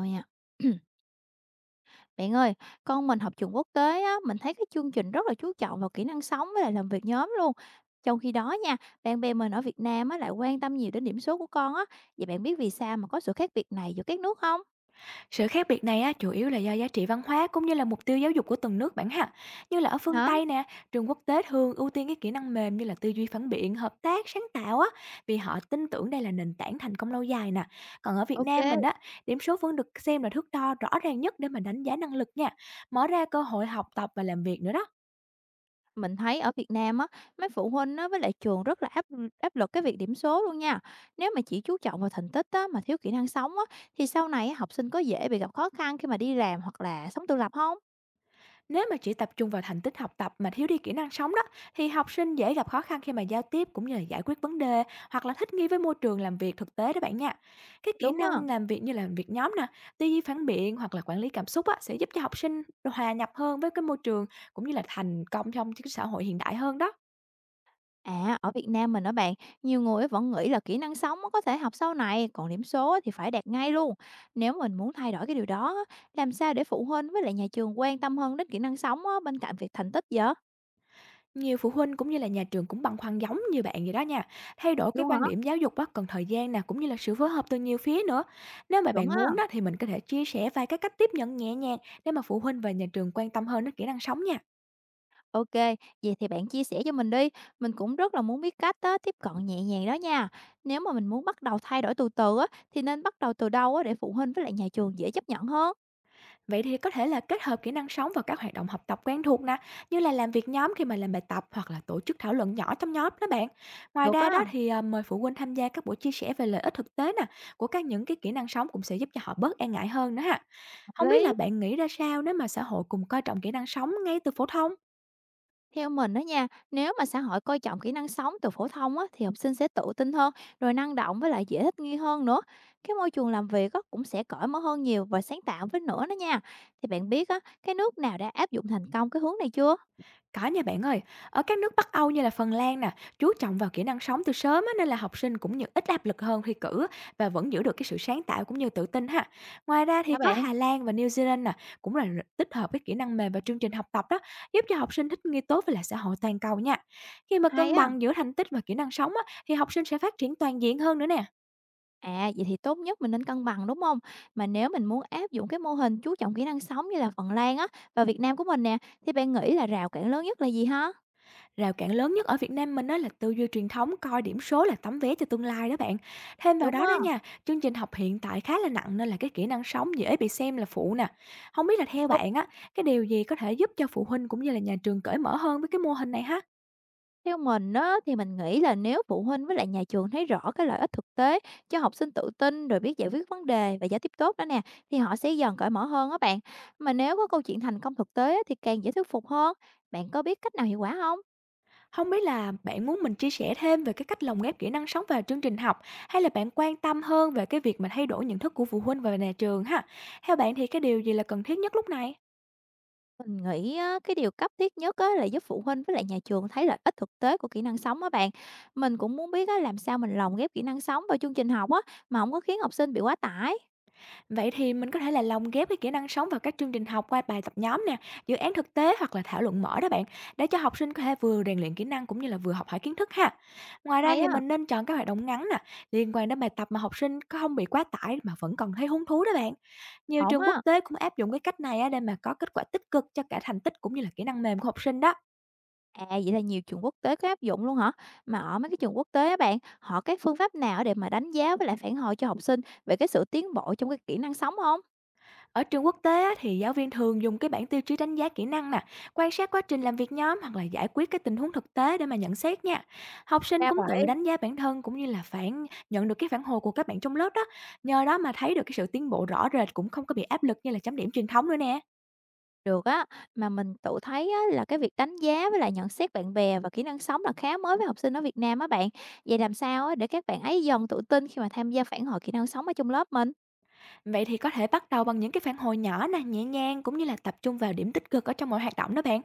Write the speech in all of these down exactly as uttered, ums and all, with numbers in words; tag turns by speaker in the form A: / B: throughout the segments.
A: Rồi nha. Bạn ơi, con mình học trường quốc tế á, mình thấy cái chương trình rất là chú trọng vào kỹ năng sống với lại làm việc nhóm luôn. Trong khi đó nha, bạn bè mình ở Việt Nam á, lại quan tâm nhiều đến điểm số của con á. Vậy bạn biết vì sao mà có sự khác biệt này giữa các nước không?
B: Sự khác biệt này á, chủ yếu là do giá trị văn hóa cũng như là mục tiêu giáo dục của từng nước bạn ha. Như là ở phương
A: Hả?
B: Tây nè, trường quốc tế thường ưu tiên cái kỹ năng mềm như là tư duy phản biện, hợp tác, sáng tạo á, vì họ tin tưởng đây là nền tảng thành công lâu dài nè. Còn ở Việt
A: Ok.
B: Nam mình á, điểm số vẫn được xem là thước đo rõ ràng nhất để mà đánh giá năng lực nha, mở ra cơ hội học tập và làm việc nữa đó.
A: Mình thấy ở Việt Nam á, mấy phụ huynh á, với lại trường rất là áp áp lực cái việc điểm số luôn nha. Nếu mà chỉ chú trọng vào thành tích á, mà thiếu kỹ năng sống á, thì sau này á, học sinh có dễ bị gặp khó khăn khi mà đi làm hoặc là sống tự lập không?
B: Nếu mà chỉ tập trung vào thành tích học tập mà thiếu đi kỹ năng sống đó thì học sinh dễ gặp khó khăn khi mà giao tiếp cũng như là giải quyết vấn đề hoặc là thích nghi với môi trường làm việc thực tế đó bạn nha. Cái kỹ
A: Đúng á.
B: năng làm việc như là làm việc nhóm nè, tư duy phản biện hoặc là quản lý cảm xúc á, sẽ giúp cho học sinh hòa nhập hơn với cái môi trường cũng như là thành công trong cái xã hội hiện đại hơn đó.
A: À, ở Việt Nam mình á bạn, nhiều người vẫn nghĩ là kỹ năng sống á có thể học sau này, còn điểm số á thì phải đạt ngay luôn. Nếu mình muốn thay đổi cái điều đó, á, làm sao để phụ huynh với lại nhà trường quan tâm hơn đến kỹ năng sống á, bên cạnh việc thành tích vậy?
B: Nhiều phụ huynh cũng như là nhà trường cũng băn khoăn giống như bạn vậy đó nha. Thay đổi cái
A: Luôn
B: quan
A: hả?
B: điểm giáo dục đó cần thời gian nè, cũng như là sự phối hợp từ nhiều phía nữa. Nếu mà
A: Chuẩn
B: bạn
A: á.
B: muốn đó thì mình có thể chia sẻ vài cái cách tiếp nhận nhẹ nhàng để mà phụ huynh và nhà trường quan tâm hơn đến kỹ năng sống nha.
A: Ok, vậy thì bạn chia sẻ cho mình đi. Mình cũng rất là muốn biết cách á, tiếp cận nhẹ nhàng đó nha. Nếu mà mình muốn bắt đầu thay đổi từ từ á, thì nên bắt đầu từ đâu á, để phụ huynh với lại nhà trường dễ chấp nhận hơn?
B: Vậy thì có thể là kết hợp kỹ năng sống vào các hoạt động học tập quen thuộc nè, như là làm việc nhóm khi mà làm bài tập hoặc là tổ chức thảo luận nhỏ trong nhóm đó bạn. Ngoài
A: Được á,
B: ra đó thì à, mời phụ huynh tham gia các buổi chia sẻ về lợi ích thực tế nè của các những cái kỹ năng sống cũng sẽ giúp cho họ bớt e ngại hơn nữa ha.
A: hợp
B: Không biết
A: lý.
B: là bạn nghĩ ra sao nếu mà xã hội cùng coi trọng kỹ năng sống ngay từ phổ thông?
A: Theo mình đó nha, nếu mà xã hội coi trọng kỹ năng sống từ phổ thông á, thì học sinh sẽ tự tin hơn, rồi năng động với lại dễ thích nghi hơn nữa. Cái môi trường làm việc á, cũng sẽ cởi mở hơn nhiều và sáng tạo với nữa đó nha. Thì bạn biết á, cái nước nào đã áp dụng thành công cái hướng này chưa?
B: Có nha bạn ơi, ở các nước Bắc Âu như là Phần Lan nè, chú trọng vào kỹ năng sống từ sớm á, nên là học sinh cũng như ít áp lực hơn thi cử và vẫn giữ được cái sự sáng tạo cũng như tự tin ha. Ngoài ra thì
A: Các
B: có
A: bạn,
B: Hà Lan và New Zealand nè, cũng là r- tích hợp cái kỹ năng mềm và chương trình học tập đó, giúp cho học sinh thích nghi tốt với lại xã hội toàn cầu nha. Khi mà
A: hay
B: cân
A: á.
B: bằng giữa thành tích và kỹ năng sống á, thì học sinh sẽ phát triển toàn diện hơn nữa nè.
A: À, vậy thì tốt nhất mình nên cân bằng đúng không? Mà nếu mình muốn áp dụng cái mô hình chú trọng kỹ năng sống như là Phần Lan á và Việt Nam của mình nè, thì bạn nghĩ là rào cản lớn nhất là gì hả?
B: Rào cản lớn nhất ở Việt Nam mình á là tư duy truyền thống coi điểm số là tấm vé cho tương lai đó bạn. Thêm vào
A: Đúng
B: đó đó
A: á.
B: nha, chương trình học hiện tại khá là nặng nên là cái kỹ năng sống dễ bị xem là phụ nè. Không biết là theo bạn á, cái điều gì có thể giúp cho phụ huynh cũng như là nhà trường cởi mở hơn với cái mô hình này ha?
A: Theo mình á, thì mình nghĩ là nếu phụ huynh với lại nhà trường thấy rõ cái lợi ích thực tế cho học sinh tự tin rồi biết giải quyết vấn đề và giao tiếp tốt đó nè thì họ sẽ dần cởi mở hơn á bạn. Mà nếu có câu chuyện thành công thực tế á, thì càng dễ thuyết phục hơn. Bạn có biết cách nào hiệu quả không?
B: Không biết là bạn muốn mình chia sẻ thêm về cái cách lồng ghép kỹ năng sống vào chương trình học hay là bạn quan tâm hơn về cái việc mà thay đổi nhận thức của phụ huynh và nhà trường ha? Theo bạn thì cái điều gì là cần thiết nhất lúc này?
A: Mình nghĩ á, cái điều cấp thiết nhất á, là giúp phụ huynh với lại nhà trường thấy lợi ích thực tế của kỹ năng sống á bạn. Mình cũng muốn biết á, làm sao mình lồng ghép kỹ năng sống vào chương trình học á mà không có khiến học sinh bị quá tải.
B: Vậy thì mình có thể là lồng ghép cái kỹ năng sống vào các chương trình học qua bài tập nhóm nè, dự án thực tế hoặc là thảo luận mở đó bạn, để cho học sinh có thể vừa rèn luyện kỹ năng cũng như là vừa học hỏi kiến thức ha. Ngoài ra
A: Hay
B: thì
A: á,
B: mình nên chọn các hoạt động ngắn nè, liên quan đến bài tập mà học sinh có không bị quá tải mà vẫn còn thấy hứng thú đó bạn. Nhiều
A: ổn
B: trường quốc
A: á.
B: tế cũng áp dụng cái cách này á để mà có kết quả tích cực cho cả thành tích cũng như là kỹ năng mềm của học sinh đó.
A: À, vậy là nhiều trường quốc tế có áp dụng luôn hả? Mà ở mấy cái trường quốc tế á bạn, họ cái phương pháp nào để mà đánh giá với lại phản hồi cho học sinh về cái sự tiến bộ trong cái kỹ năng sống không?
B: Ở trường quốc tế á, thì giáo viên thường dùng cái bảng tiêu chí đánh giá kỹ năng nè, quan sát quá trình làm việc nhóm hoặc là giải quyết cái tình huống thực tế để mà nhận xét nha. Học sinh
A: Ra
B: cũng
A: vậy.
B: tự đánh giá bản thân cũng như là phản nhận được cái phản hồi của các bạn trong lớp đó. Nhờ đó mà thấy được cái sự tiến bộ rõ rệt cũng không có bị áp lực như là chấm điểm truyền thống nữa nè.
A: Được á, mà mình tự thấy á là cái việc đánh giá với lại nhận xét bạn bè và kỹ năng sống là khá mới với học sinh ở Việt Nam á bạn. Vậy làm sao á để các bạn ấy dần tự tin khi mà tham gia phản hồi kỹ năng sống ở trong lớp mình?
B: Vậy thì có thể bắt đầu bằng những cái phản hồi nhỏ nè, nhẹ nhàng cũng như là tập trung vào điểm tích cực ở trong mọi hoạt động đó bạn.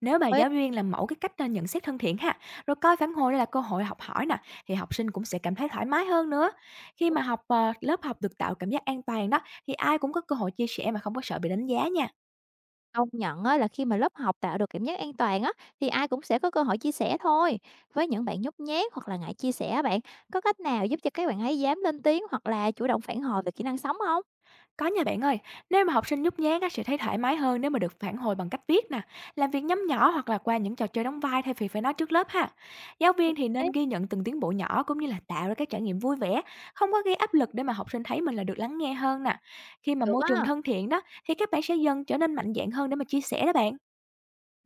B: Nếu mà giáo viên làm mẫu cái cách ờ, nhận xét thân thiện ha, rồi coi phản hồi đây là cơ hội học hỏi nè, thì học sinh cũng sẽ cảm thấy thoải mái hơn nữa. Khi mà học ờ, Lớp học được tạo cảm giác an toàn đó, thì ai cũng có cơ hội chia sẻ mà không có sợ bị đánh giá nha.
A: Công nhận á, là khi mà lớp học tạo được cảm giác an toàn á, thì ai cũng sẽ có cơ hội chia sẻ thôi. Với những bạn nhút nhát hoặc là ngại chia sẻ á bạn, có cách nào giúp cho các bạn ấy dám lên tiếng hoặc là chủ động phản hồi về kỹ năng sống không?
B: Có nha bạn ơi, nếu mà học sinh nhút nhát á, sẽ thấy thoải mái hơn nếu mà được phản hồi bằng cách viết nè, làm việc nhóm nhỏ hoặc là qua những trò chơi đóng vai thay vì phải nói trước lớp ha. Giáo
A: Ô
B: viên thì nên ghi nhận từng tiến bộ nhỏ cũng như là tạo ra các trải nghiệm vui vẻ, không có gây áp lực để mà học sinh thấy mình là được lắng nghe hơn nè. Khi mà
A: được
B: môi trường
A: á.
B: thân thiện đó thì các bạn sẽ dần trở nên mạnh dạn hơn để mà chia sẻ đó bạn.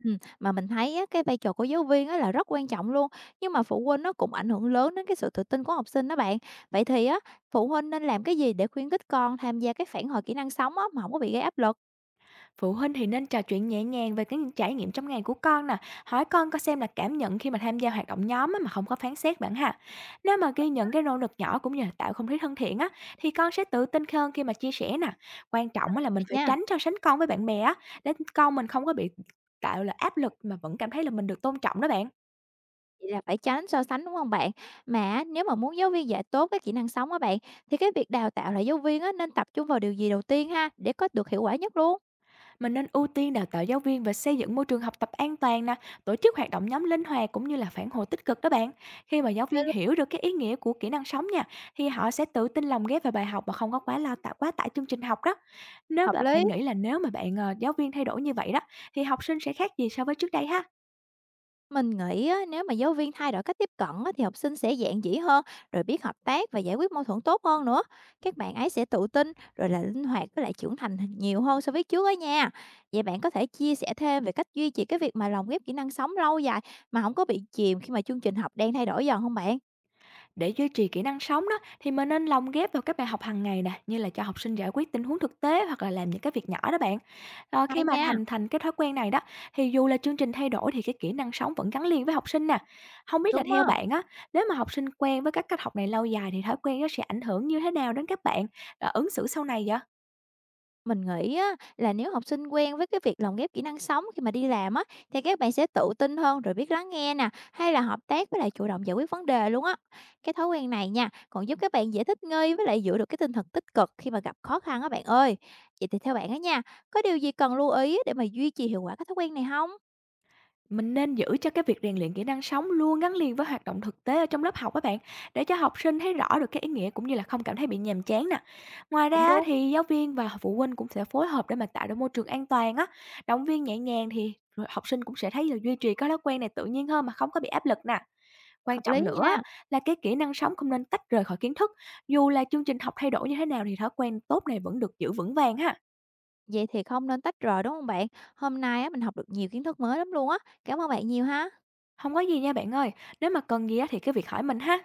A: Ừm, mà mình thấy á, cái vai trò của giáo viên á, là rất quan trọng luôn, nhưng mà phụ huynh nó cũng ảnh hưởng lớn đến cái sự tự tin của học sinh đó bạn. Vậy thì á, phụ huynh nên làm cái gì để khuyến khích con tham gia cái phản hồi kỹ năng sống á, mà không có bị gây áp lực?
B: Phụ huynh thì nên trò chuyện nhẹ nhàng về cái trải nghiệm trong ngày của con nè, hỏi con có xem là cảm nhận khi mà tham gia hoạt động nhóm á, mà không có phán xét bạn ha. Nếu mà ghi nhận cái nỗ lực nhỏ cũng như là tạo không khí thân thiện á, thì con sẽ tự tin hơn khi mà chia sẻ nè. Quan trọng á là mình phải
A: Nha.
B: tránh so sánh con với bạn bè á, để con mình không có bị tạo là áp lực mà vẫn cảm thấy là mình được tôn trọng đó bạn.
A: Vậy là phải tránh so sánh, đúng không bạn? Mà á, nếu mà muốn giáo viên dạy tốt các kỹ năng sống á bạn, thì cái việc đào tạo lại giáo viên á, nên tập trung vào điều gì đầu tiên ha, để có được hiệu quả nhất luôn?
B: Mình nên ưu tiên đào tạo giáo viên và xây dựng môi trường học tập an toàn nè, tổ chức hoạt động nhóm linh hoạt cũng như là phản hồi tích cực đó bạn. Khi mà giáo
A: Ghê
B: viên
A: luôn.
B: hiểu được cái ý nghĩa của kỹ năng sống nha, thì họ sẽ tự tin lòng ghép vào bài học và không có quá lo tạo quá tải chương trình học đó. Nếu
A: Hợp
B: mà
A: lý.
B: bạn nghĩ là nếu mà bạn ờ, giáo viên thay đổi như vậy đó, thì học sinh sẽ khác gì so với trước đây ha?
A: Mình nghĩ á, nếu mà giáo viên thay đổi cách tiếp cận á, thì học sinh sẽ dạn dĩ hơn, rồi biết hợp tác và giải quyết mâu thuẫn tốt hơn nữa. Các bạn ấy sẽ tự tin, rồi là linh hoạt với lại trưởng thành nhiều hơn so với trước á nha. Vậy bạn có thể chia sẻ thêm về cách duy trì cái việc mà lồng ghép kỹ năng sống lâu dài, mà không có bị chìm khi mà chương trình học đang thay đổi dần không bạn?
B: Để duy trì kỹ năng sống đó thì mình nên lồng ghép vào các bài học hàng ngày nè, như là cho học sinh giải quyết tình huống thực tế hoặc là làm những cái việc nhỏ đó bạn. Ờ, khi
A: Hay
B: mà
A: nha,
B: thành thành cái thói quen này đó thì dù là chương trình thay đổi thì cái kỹ năng sống vẫn gắn liền với học sinh nè. Không biết là
A: đúng
B: theo
A: á.
B: bạn á, nếu mà học sinh quen với các cách học này lâu dài thì thói quen nó sẽ ảnh hưởng như thế nào đến các bạn ờ, ứng xử sau này vậy?
A: Mình nghĩ á, là nếu học sinh quen với cái việc lồng ghép kỹ năng sống khi mà đi làm á, thì các bạn sẽ tự tin hơn rồi biết lắng nghe nè, hay là hợp tác với lại chủ động giải quyết vấn đề luôn á. Cái thói quen này nha, còn giúp các bạn dễ thích nghi với lại giữ được cái tinh thần tích cực khi mà gặp khó khăn á bạn ơi. Vậy thì theo bạn á nha, có điều gì cần lưu ý để mà duy trì hiệu quả cái thói quen này không?
B: Mình nên giữ cho cái việc rèn luyện kỹ năng sống luôn gắn liền với hoạt động thực tế ở trong lớp học các bạn, để cho học sinh thấy rõ được cái ý nghĩa cũng như là không cảm thấy bị nhàm chán nè. Ngoài
A: Cũng
B: ra á,
A: đúng,
B: thì giáo viên và phụ huynh cũng sẽ phối hợp để mà tạo ra môi trường an toàn á, động viên nhẹ nhàng thì rồi học sinh cũng sẽ thấy là duy trì cái thói quen này tự nhiên hơn mà không có bị áp lực nè. Quan
A: hợp lý
B: trọng nữa á,
A: nha.
B: là cái kỹ năng sống không nên tách rời khỏi kiến thức, dù là chương trình học thay đổi như thế nào thì thói quen tốt này vẫn được giữ vững vàng ha.
A: Vậy thì không nên tách rời đúng không bạn? Hôm nay á, mình học được nhiều kiến thức mới lắm luôn á. Cảm ơn bạn nhiều ha.
B: Không có gì nha bạn ơi, nếu mà cần gì á thì cứ việc hỏi mình ha.